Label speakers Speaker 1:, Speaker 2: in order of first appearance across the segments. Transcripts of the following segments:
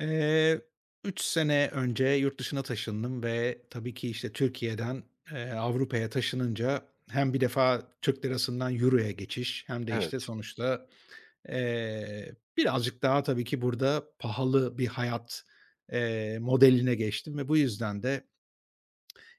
Speaker 1: Eee, 3 sene önce yurt dışına taşındım ve tabii ki, işte, Türkiye'den, Avrupa'ya taşınınca hem bir defa Türk lirasından euroya geçiş hem de, işte,
Speaker 2: Evet,
Speaker 1: sonuçta, birazcık daha tabii ki burada pahalı bir hayat, modeline geçtim ve bu yüzden de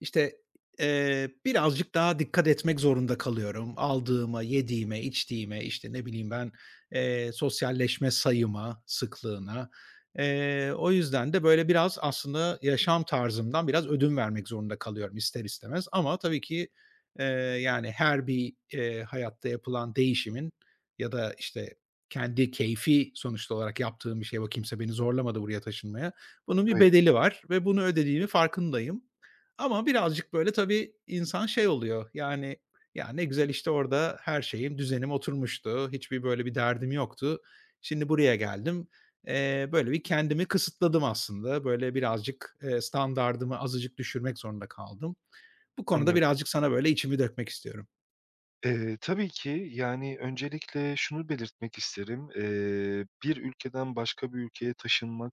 Speaker 1: işte, birazcık daha dikkat etmek zorunda kalıyorum. Aldığıma, yediğime, içtiğime, işte, ne bileyim ben, sosyalleşme sayıma, sıklığına. O yüzden de böyle biraz aslında yaşam tarzımdan biraz ödün vermek zorunda kalıyorum ister istemez ama tabii ki, eee, yani her bir, hayatta yapılan değişimin ya da, işte, kendi keyfi sonuçta olarak yaptığım bir şey, bu kimse beni zorlamadı buraya taşınmaya. Bunun bir
Speaker 2: tabii ki.
Speaker 1: bedeli var ve bunu ödediğimi farkındayım. Ama birazcık, böyle, tabii insan şey oluyor, yani, "Ya, ne güzel, işte, orada her şeyim, düzenim oturmuştu. Hiçbir, böyle, bir derdim yoktu. Şimdi buraya geldim." Böyle, bir kendimi kısıtladım aslında. Böyle, birazcık, standardımı azıcık düşürmek zorunda kaldım. Bu konuda
Speaker 2: Anlıyorum.
Speaker 1: birazcık sana, böyle, içimi dökmek istiyorum.
Speaker 2: Tabii ki, yani, öncelikle şunu belirtmek isterim. Bir ülkeden başka bir ülkeye taşınmak,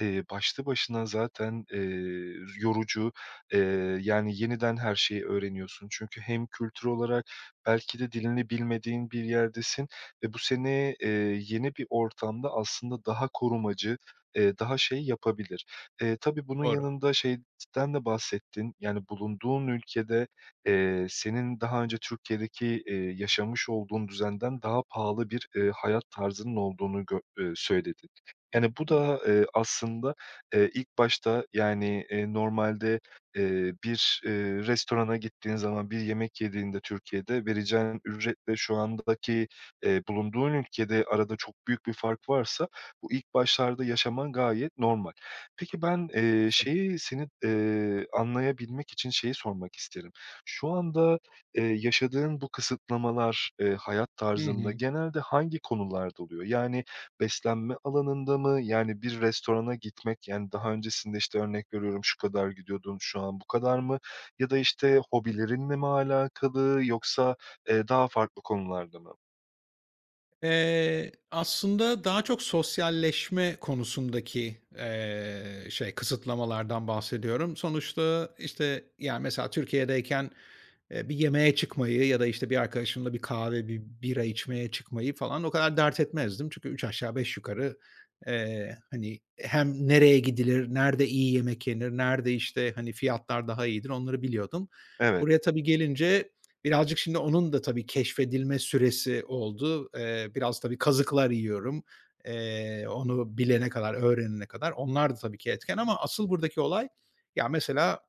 Speaker 2: başlı başına zaten, yorucu. Yani, yeniden her şeyi öğreniyorsun. Çünkü hem kültür olarak belki de dilini bilmediğin bir yerdesin ve bu seni, yeni bir ortamda aslında daha korumacı, daha şey yapabilir. Tabii bunun
Speaker 1: Doğru.
Speaker 2: yanında şeyden de bahsettin, yani, bulunduğun ülkede senin daha önce Türkiye'deki, yaşamış olduğun düzenden daha pahalı bir, hayat tarzının olduğunu gö söyledin. Yani, bu da, aslında, ilk başta, yani, normalde, bir, restorana gittiğin zaman, bir yemek yediğinde Türkiye'de vereceğin ücretle şu andaki, bulunduğun ülkede arada çok büyük bir fark varsa bu ilk başlarda yaşaman gayet normal. Peki ben,
Speaker 1: Haklısın.
Speaker 2: şeyi, seni, anlayabilmek için şeyi sormak isterim. Şu anda, yaşadığın bu kısıtlamalar, hayat
Speaker 1: Hı
Speaker 2: tarzında
Speaker 1: hı.
Speaker 2: genelde hangi konularda oluyor? Yani beslenme alanında mı? Yani bir restorana gitmek, yani daha öncesinde, işte, örnek veriyorum, şu kadar gidiyordun, şu an bu kadar mı? Ya da, işte, hobilerinle mi alakalı yoksa, daha farklı konularda mı?
Speaker 1: Aslında daha çok sosyalleşme konusundaki kısıtlamalardan bahsediyorum. Sonuçta, işte, yani, mesela Türkiye'deyken, bir yemeğe çıkmayı ya da, işte, bir arkadaşımla bir kahve, bir bira içmeye çıkmayı falan o kadar dert etmezdim. Çünkü 3 aşağı 5 yukarı, hani, hem nereye gidilir, nerede iyi yemek yenir, nerede, işte, hani, fiyatlar daha iyidir onları biliyordum.
Speaker 2: Evet,
Speaker 1: Buraya tabii gelince birazcık şimdi onun da tabii keşfedilme süresi oldu. Biraz tabii kazıklar yiyorum, onu bilene kadar, öğrenene kadar. Onlar da tabii ki etken ama asıl buradaki olay, ya, mesela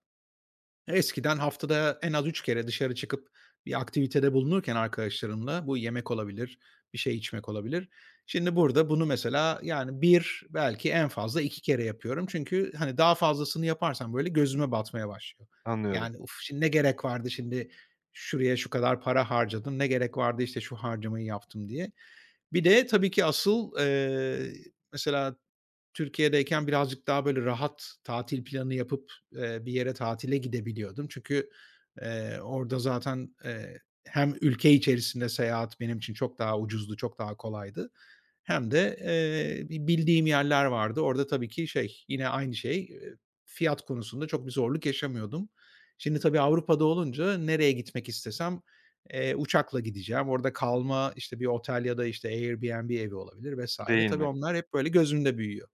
Speaker 1: eskiden haftada en az 3 kere dışarı çıkıp bir aktivitede bulunurken arkadaşlarımla bu yemek olabilir, bir şey içmek olabilir. Şimdi burada bunu mesela, yani bir belki en fazla 2 kere yapıyorum. Çünkü, hani, daha fazlasını yaparsam böyle gözüme batmaya başlıyor.
Speaker 2: anlıyorum.
Speaker 1: Yani, "Uf, şimdi ne gerek vardı, şimdi şuraya şu kadar para harcadım, ne gerek vardı, işte, şu harcamayı yaptım." diye. Bir de tabii ki asıl, mesela Türkiye'deyken birazcık daha böyle rahat tatil planı yapıp, bir yere tatile gidebiliyordum. Çünkü, orada zaten, hem ülke içerisinde seyahat benim için çok daha ucuzdu, çok daha kolaydı hem de, bildiğim yerler vardı. Orada tabii ki şey, yine aynı şey, fiyat konusunda çok bir zorluk yaşamıyordum. Şimdi tabii Avrupa'da olunca nereye gitmek istesem, uçakla gideceğim. Orada kalma, işte, bir otel ya da, işte, Airbnb evi olabilir vesaire.
Speaker 2: Değil
Speaker 1: Tabii
Speaker 2: mi?
Speaker 1: onlar hep böyle gözümde büyüyor.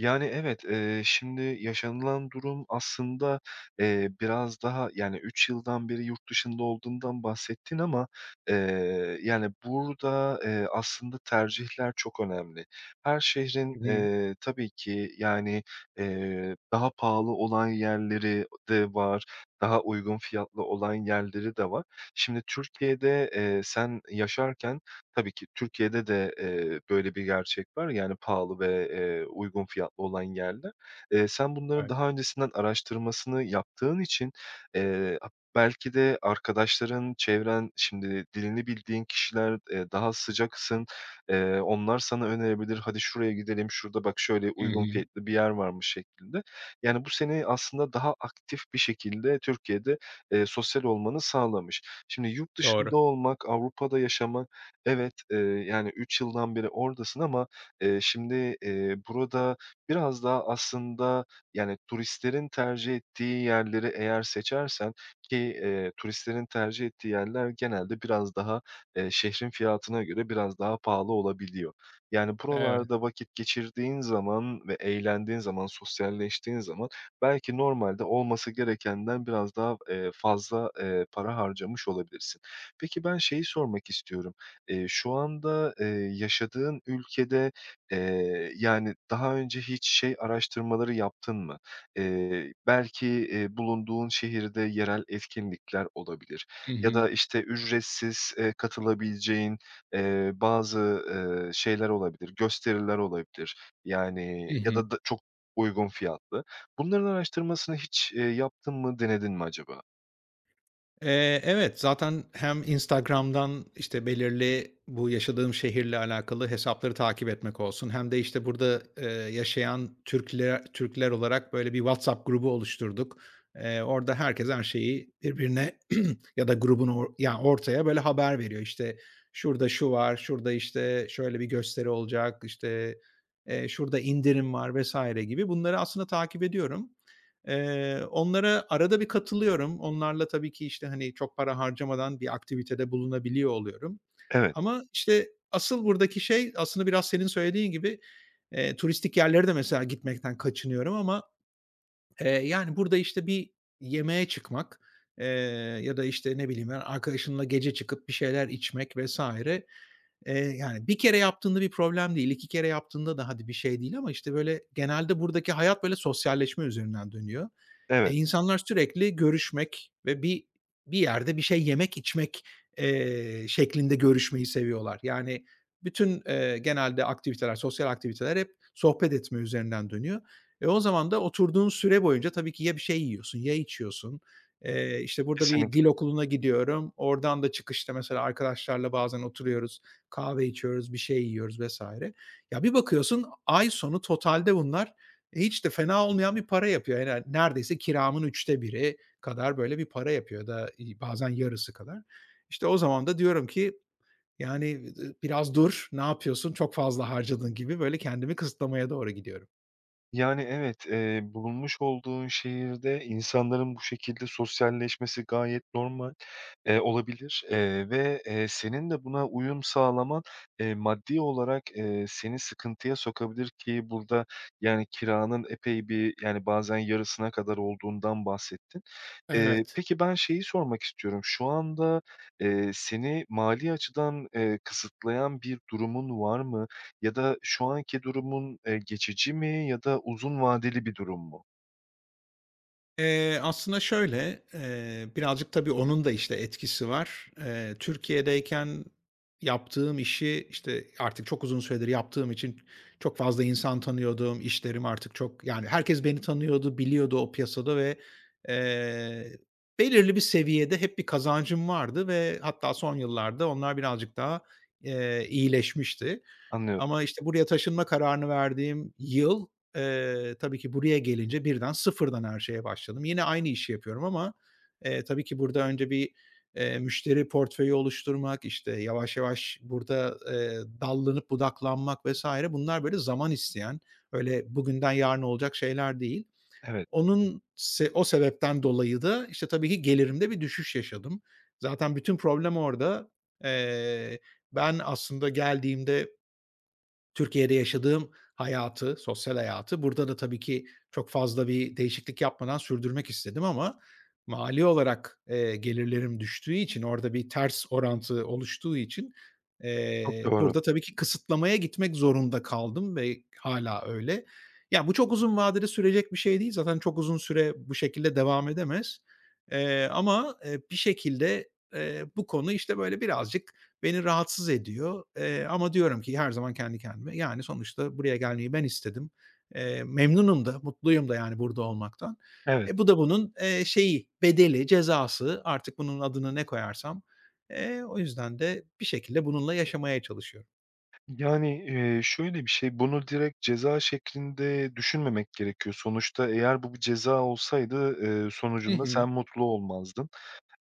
Speaker 2: Yani, evet, şimdi yaşanılan durum aslında, biraz daha, yani, 3 yıldan beri yurt dışında olduğundan bahsettin ama, yani, burada, aslında tercihler çok önemli. Her şehrin,
Speaker 1: Hı hı.
Speaker 2: tabii ki, yani, daha pahalı olan yerleri de var, daha uygun fiyatlı olan yerleri de var. Şimdi Türkiye'de, sen yaşarken tabii ki Türkiye'de de, böyle bir gerçek var. Yani pahalı ve, uygun fiyatlı olan yerler. Sen bunların
Speaker 1: Evet.
Speaker 2: daha öncesinden araştırmasını yaptığın için, a belki de arkadaşların, çevren, şimdi dilini bildiğin kişiler, daha sıcaksın. Onlar sana önerebilir. "Hadi şuraya gidelim, şurada bak şöyle
Speaker 1: Hı
Speaker 2: uygun
Speaker 1: hı.
Speaker 2: fiyatlı bir yer varmış." şeklinde. Yani bu seni aslında daha aktif bir şekilde Türkiye'de, sosyal olmanı sağlamış. Şimdi yurt dışında
Speaker 1: Doğru.
Speaker 2: olmak, Avrupa'da yaşamak evet, yani 3 yıldan beri oradasın ama, şimdi, burada biraz daha aslında, yani, turistlerin tercih ettiği yerleri eğer seçersen ki, turistlerin tercih ettiği yerler genelde biraz daha, şehrin fiyatına göre biraz daha pahalı olabiliyor. Yani,
Speaker 1: Evet.
Speaker 2: buralarda vakit geçirdiğin zaman ve eğlendiğin zaman, sosyalleştiğin zaman belki normalde olması gerekenden biraz daha, fazla, para harcamış olabilirsin. Peki ben şeyi sormak istiyorum. Şu anda, yaşadığın ülkede, yani, daha önce hiç şey araştırmaları yaptın mı? Belki, bulunduğun şehirde yerel etkinlikler olabilir
Speaker 1: Hı
Speaker 2: ya
Speaker 1: hı.
Speaker 2: da, işte, ücretsiz, katılabileceğin, bazı, şeyler olabilir, gösteriler olabilir, yani,
Speaker 1: Hı
Speaker 2: ya
Speaker 1: hı.
Speaker 2: da da çok uygun fiyatlı. Bunların araştırmasını hiç, yaptın mı, denedin mi acaba?
Speaker 1: Evet, zaten hem Instagram'dan, işte, belirli bu yaşadığım şehirle alakalı hesapları takip etmek olsun hem de, işte, burada, yaşayan Türkler olarak böyle bir WhatsApp grubu oluşturduk. Orada herkes her şeyi birbirine ya da grubun ortaya böyle haber veriyor. İşte, şurada şu var, şurada, işte, şöyle bir gösteri olacak, işte, şurada indirim var vesaire gibi bunları aslında takip ediyorum. Onlara arada bir katılıyorum. Onlarla tabii ki, işte, hani, çok para harcamadan bir aktivitede bulunabiliyor oluyorum.
Speaker 2: Evet,
Speaker 1: Ama, işte, asıl buradaki şey aslında biraz senin söylediğin gibi, turistik yerlere de mesela gitmekten kaçınıyorum ama. Yani, burada, işte, bir yemeğe çıkmak, eee, ya da, işte, ne bileyim, ben, arkadaşınla gece çıkıp bir şeyler içmek vesaire. Yani, bir kere yaptığında bir problem değil, 2 kere yaptığında da hadi bir şey değil ama, işte, böyle, genelde buradaki hayat, böyle, sosyalleşme üzerinden dönüyor.
Speaker 2: evet,
Speaker 1: İnsanlar sürekli görüşmek ve bir yerde bir şey yemek, içmek, şeklinde görüşmeyi seviyorlar. Yani, bütün, genelde aktiviteler, sosyal aktiviteler hep sohbet etme üzerinden dönüyor. O zaman da oturduğun süre boyunca tabii ki ya bir şey yiyorsun ya içiyorsun. İşte, burada bir dil
Speaker 2: kesinlikle.
Speaker 1: okuluna gidiyorum. Oradan da çıkışta mesela arkadaşlarla bazen oturuyoruz, kahve içiyoruz, bir şey yiyoruz vesaire. Ya, bir bakıyorsun ay sonu totalde bunlar hiç de fena olmayan bir para yapıyor. Yani, neredeyse kiramın üçte biri kadar böyle bir para yapıyor da, bazen yarısı kadar. İşte, o zaman da diyorum ki, yani, "Biraz dur, ne yapıyorsun, çok fazla harcadın." gibi böyle kendimi kısıtlamaya doğru gidiyorum.
Speaker 2: Yani, evet, bulunmuş olduğun şehirde insanların bu şekilde sosyalleşmesi gayet normal, olabilir, ve, senin de buna uyum sağlaman, maddi olarak, seni sıkıntıya sokabilir ki burada, yani, kiranın epey bir, yani, bazen yarısına kadar olduğundan bahsettin.
Speaker 1: Evet.
Speaker 2: Peki ben şeyi sormak istiyorum. Şu anda, seni mali açıdan, kısıtlayan bir durumun var mı? Ya da şu anki durumun, geçici mi ya da uzun vadeli bir durum mu?
Speaker 1: Aslında şöyle, birazcık tabii onun da, işte, etkisi var. Türkiye'deyken yaptığım işi, işte, artık çok uzun süredir yaptığım için çok fazla insan tanıyordum. İşlerim artık çok yani herkes beni tanıyordu, biliyordu o piyasada ve, eee, belirli bir seviyede hep bir kazancım vardı ve hatta son yıllarda onlar birazcık daha, iyileşmişti.
Speaker 2: Anlıyorum.
Speaker 1: Ama, işte, buraya taşınma kararını verdiğim yıl, tabii ki buraya gelince birden sıfırdan her şeye başladım. Yine aynı işi yapıyorum ama, tabii ki burada önce bir, müşteri portföyü oluşturmak, işte, yavaş yavaş burada, dallanıp budaklanmak vs. bunlar böyle zaman isteyen, öyle bugünden yarına olacak şeyler değil.
Speaker 2: Evet,
Speaker 1: Onun se o sebepten dolayı da, işte, tabii ki gelirimde bir düşüş yaşadım. Zaten bütün problem orada. Eee, Ben aslında geldiğimde Türkiye'de yaşadığım hayatı, sosyal hayatı burada da tabii ki çok fazla bir değişiklik yapmadan sürdürmek istedim ama mali olarak, gelirlerim düştüğü için orada bir ters orantı oluştuğu için,
Speaker 2: çok doğru.
Speaker 1: burada tabii ki kısıtlamaya gitmek zorunda kaldım ve hâlâ öyle. Ya, bu çok uzun vadede sürecek bir şey değil. Zaten çok uzun süre bu şekilde devam edemez. Ama, bir şekilde, bu konu, işte, böyle birazcık beni rahatsız ediyor, ama diyorum ki her zaman kendi kendime, yani, sonuçta buraya gelmeyi ben istedim. Memnunum da, mutluyum da, yani, burada olmaktan.
Speaker 2: Evet.
Speaker 1: Bu da bunun, bedeli, cezası, artık bunun adını ne koyarsam. O yüzden de bir şekilde bununla yaşamaya çalışıyorum.
Speaker 2: Yani, şöyle bir şey, bunu direkt ceza şeklinde düşünmemek gerekiyor. Sonuçta eğer bu bir ceza olsaydı,
Speaker 1: Hı
Speaker 2: sonucunda
Speaker 1: hı.
Speaker 2: sen mutlu olmazdın.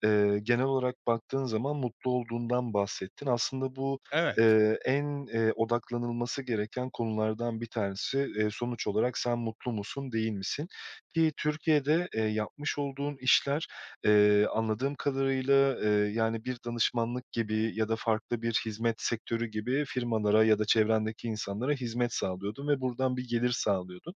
Speaker 2: Genel olarak baktığın zaman mutlu olduğundan bahsettin. Aslında bu,
Speaker 1: Evet,
Speaker 2: en, odaklanılması gereken konulardan bir tanesi. Sonuç olarak sen mutlu musun, değil misin? Ki Türkiye'de, yapmış olduğun işler, anladığım kadarıyla, yani, bir danışmanlık gibi ya da farklı bir hizmet sektörü gibi firmalara ya da çevrendeki insanlara hizmet sağlıyordun ve buradan bir gelir sağlıyordun.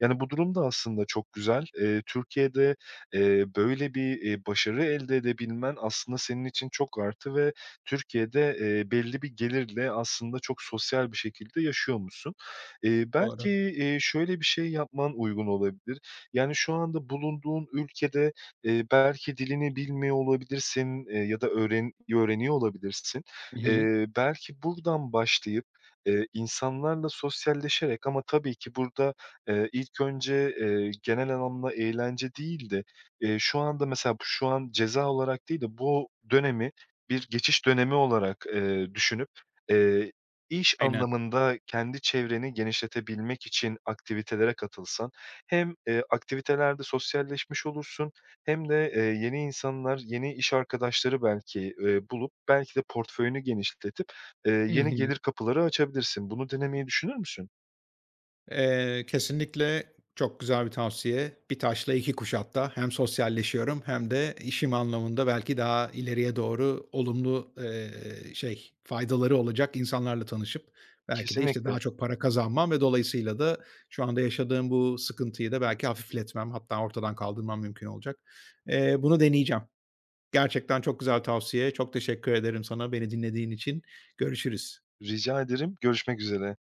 Speaker 2: Yani, bu durum da aslında çok güzel. Türkiye'de, böyle bir, başarı elde edebilmen aslında senin için çok artı ve Türkiye'de, belli bir gelirle aslında çok sosyal bir şekilde yaşıyormuşsun. Belki,
Speaker 1: doğru.
Speaker 2: şöyle bir şey yapman uygun olabilir. Yani, şu anda bulunduğun ülkede, belki dilini bilmiyor olabilirsin, ya da öğreniyor olabilirsin.
Speaker 1: Hı hı.
Speaker 2: Belki buradan başlayıp, insanlarla sosyalleşerek ama tabii ki burada ilk önce, genel anlamda eğlence değil de, şu anda mesela bu şu an ceza olarak değil de bu dönemi bir geçiş dönemi olarak, düşünüp, eee, iş
Speaker 1: Aynen.
Speaker 2: anlamında kendi çevreni genişletebilmek için aktivitelere katılsan hem, aktivitelerde sosyalleşmiş olursun hem de, yeni insanlar, yeni iş arkadaşları belki, bulup belki de portföyünü genişletip,
Speaker 1: Hı
Speaker 2: yeni
Speaker 1: hı.
Speaker 2: gelir kapıları açabilirsin. Bunu denemeyi düşünür müsün?
Speaker 1: Kesinlikle çok güzel bir tavsiye. Bir taşla iki kuş hatta. Hem sosyalleşiyorum hem de işim anlamında belki daha ileriye doğru olumlu, faydaları olacak insanlarla tanışıp belki de, işte,
Speaker 2: Kesinlikle.
Speaker 1: daha çok para kazanmam ve dolayısıyla da şu anda yaşadığım bu sıkıntıyı da belki hafifletmem hatta ortadan kaldırmam mümkün olacak. Bunu deneyeceğim. Gerçekten çok güzel tavsiye. Çok teşekkür ederim sana beni dinlediğin için. Görüşürüz.
Speaker 2: Rica ederim. Görüşmek üzere.